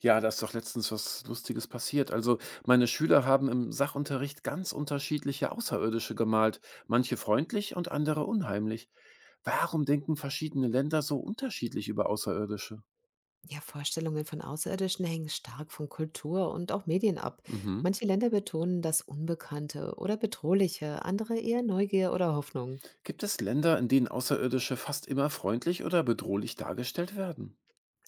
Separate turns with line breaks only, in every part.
Ja, da ist doch letztens was Lustiges passiert. Also, meine Schüler haben im Sachunterricht ganz unterschiedliche Außerirdische gemalt, manche freundlich und andere unheimlich. Warum denken verschiedene Länder so unterschiedlich über Außerirdische?
Ja, Vorstellungen von Außerirdischen hängen stark von Kultur und auch Medien ab.
Mhm.
Manche Länder betonen das Unbekannte oder Bedrohliche, andere eher Neugier oder Hoffnung.
Gibt es Länder, in denen Außerirdische fast immer freundlich oder bedrohlich dargestellt werden?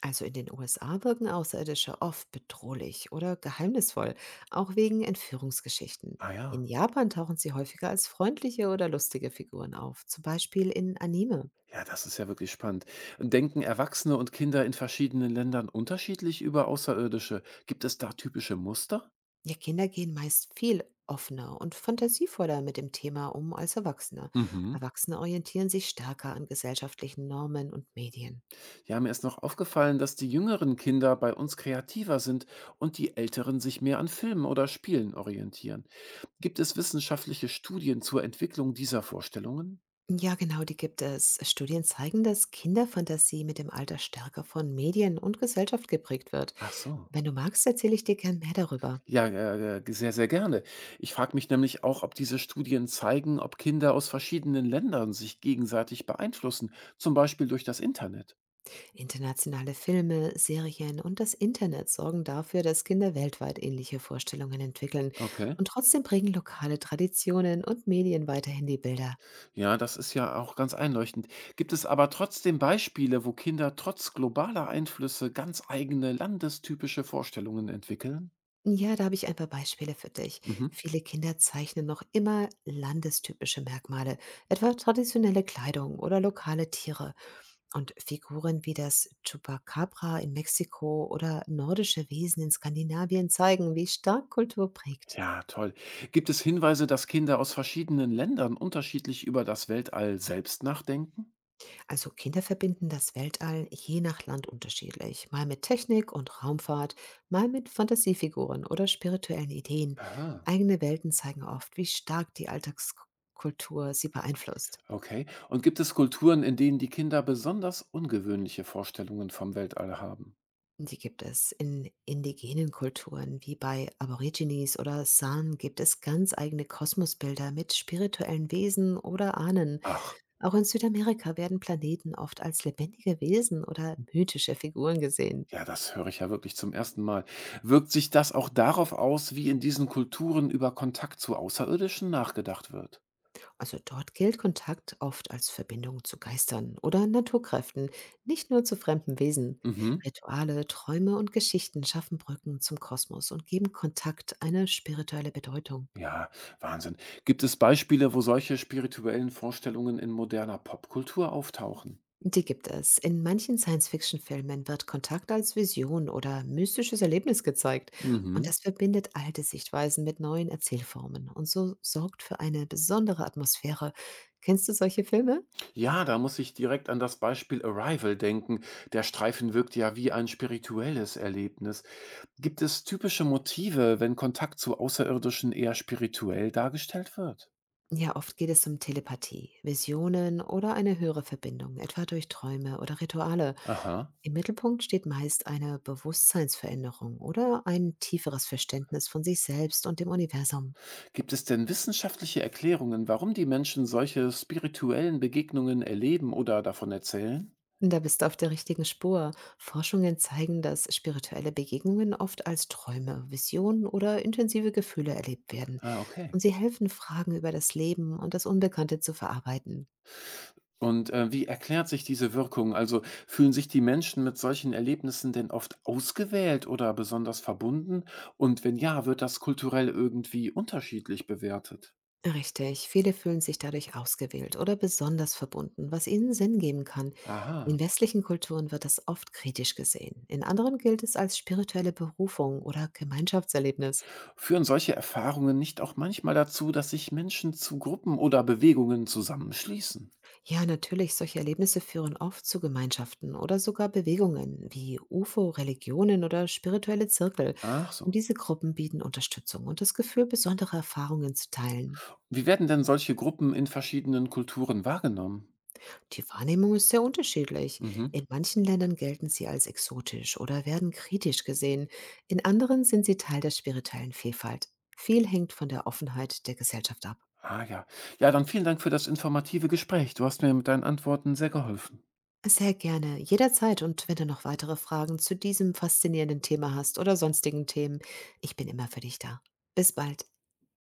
Also in den USA wirken Außerirdische oft bedrohlich oder geheimnisvoll, auch wegen Entführungsgeschichten.
Ah ja.
In Japan tauchen sie häufiger als freundliche oder lustige Figuren auf, zum Beispiel in Anime.
Ja, das ist ja wirklich spannend. Denken Erwachsene und Kinder in verschiedenen Ländern unterschiedlich über Außerirdische? Gibt es da typische Muster?
Ja, Kinder gehen meist viel offener und fantasievoller mit dem Thema um als Erwachsene.
Mhm.
Erwachsene orientieren sich stärker an gesellschaftlichen Normen und Medien.
Ja, mir ist noch aufgefallen, dass die jüngeren Kinder bei uns kreativer sind und die älteren sich mehr an Filmen oder Spielen orientieren. Gibt es wissenschaftliche Studien zur Entwicklung dieser Vorstellungen?
Ja, genau, die gibt es. Studien zeigen, dass Kinderfantasie mit dem Alter stärker von Medien und Gesellschaft geprägt wird.
Ach so.
Wenn du magst, erzähle ich dir gern mehr darüber.
Ja, sehr, sehr gerne. Ich frage mich nämlich auch, ob diese Studien zeigen, ob Kinder aus verschiedenen Ländern sich gegenseitig beeinflussen, zum Beispiel durch das Internet.
Internationale Filme, Serien und das Internet sorgen dafür, dass Kinder weltweit ähnliche Vorstellungen entwickeln.
Okay.
Und trotzdem prägen lokale Traditionen und Medien weiterhin die Bilder.
Ja, das ist ja auch ganz einleuchtend. Gibt es aber trotzdem Beispiele, wo Kinder trotz globaler Einflüsse ganz eigene landestypische Vorstellungen entwickeln?
Ja, da habe ich ein paar Beispiele für dich.
Mhm.
Viele Kinder zeichnen noch immer landestypische Merkmale, etwa traditionelle Kleidung oder lokale Tiere. Und Figuren wie das Chupacabra in Mexiko oder nordische Wesen in Skandinavien zeigen, wie stark Kultur prägt.
Ja, toll. Gibt es Hinweise, dass Kinder aus verschiedenen Ländern unterschiedlich über das Weltall selbst nachdenken?
Also Kinder verbinden das Weltall je nach Land unterschiedlich, mal mit Technik und Raumfahrt, mal mit Fantasiefiguren oder spirituellen Ideen.
Aha.
Eigene Welten zeigen oft, wie stark die Alltagskultur sie beeinflusst.
Okay. Und gibt es Kulturen, in denen die Kinder besonders ungewöhnliche Vorstellungen vom Weltall haben?
Die gibt es. In indigenen Kulturen wie bei Aborigines oder San gibt es ganz eigene Kosmosbilder mit spirituellen Wesen oder Ahnen.
Ach,
Auch in Südamerika werden Planeten oft als lebendige Wesen oder mythische Figuren gesehen.
ja, das höre ich ja wirklich zum ersten Mal. Wirkt sich das auch darauf aus, wie in diesen Kulturen über Kontakt zu Außerirdischen nachgedacht wird?
Also dort gilt Kontakt oft als Verbindung zu Geistern oder Naturkräften, nicht nur zu fremden Wesen.
Mhm.
Rituale, Träume und Geschichten schaffen Brücken zum Kosmos und geben Kontakt eine spirituelle Bedeutung.
Ja, Wahnsinn. Gibt es Beispiele, wo solche spirituellen Vorstellungen in moderner Popkultur auftauchen?
Die gibt es. In manchen Science-Fiction-Filmen wird Kontakt als Vision oder mystisches Erlebnis gezeigt.
Mhm.
Und das verbindet alte Sichtweisen mit neuen Erzählformen und so sorgt für eine besondere Atmosphäre. Kennst du solche Filme?
Ja, da muss ich direkt an das Beispiel Arrival denken. Der Streifen wirkt ja wie ein spirituelles Erlebnis. Gibt es typische Motive, wenn Kontakt zu Außerirdischen eher spirituell dargestellt wird?
Ja, oft geht es um Telepathie, Visionen oder eine höhere Verbindung, etwa durch Träume oder Rituale.
Aha.
Im Mittelpunkt steht meist eine Bewusstseinsveränderung oder ein tieferes Verständnis von sich selbst und dem Universum.
Gibt es denn wissenschaftliche Erklärungen, warum die Menschen solche spirituellen Begegnungen erleben oder davon erzählen?
Da bist du auf der richtigen Spur. Forschungen zeigen, dass spirituelle Begegnungen oft als Träume, Visionen oder intensive Gefühle erlebt werden.
Ah, okay.
Und sie helfen, Fragen über das Leben und das Unbekannte zu verarbeiten.
Und wie erklärt sich diese Wirkung? Also fühlen sich die Menschen mit solchen Erlebnissen denn oft ausgewählt oder besonders verbunden? Und wenn ja, wird das kulturell irgendwie unterschiedlich bewertet?
Richtig, viele fühlen sich dadurch ausgewählt oder besonders verbunden, was ihnen Sinn geben kann.
Aha.
In westlichen Kulturen wird das oft kritisch gesehen. In anderen gilt es als spirituelle Berufung oder Gemeinschaftserlebnis.
Führen solche Erfahrungen nicht auch manchmal dazu, dass sich Menschen zu Gruppen oder Bewegungen zusammenschließen?
Ja, natürlich, solche Erlebnisse führen oft zu Gemeinschaften oder sogar Bewegungen wie UFO, Religionen oder spirituelle Zirkel.
Ach
Und
so.
diese Gruppen bieten Unterstützung und das Gefühl, besondere Erfahrungen zu teilen.
Wie werden denn solche Gruppen in verschiedenen Kulturen wahrgenommen?
Die Wahrnehmung ist sehr unterschiedlich.
Mhm.
In manchen Ländern gelten sie als exotisch oder werden kritisch gesehen. In anderen sind sie Teil der spirituellen Vielfalt. Viel hängt von der Offenheit der Gesellschaft ab.
Ah ja. Ja, dann vielen Dank für das informative Gespräch. Du hast mir mit deinen Antworten sehr geholfen.
Sehr gerne, jederzeit, und wenn du noch weitere Fragen zu diesem faszinierenden Thema hast oder sonstigen Themen, ich bin immer für dich da. Bis bald.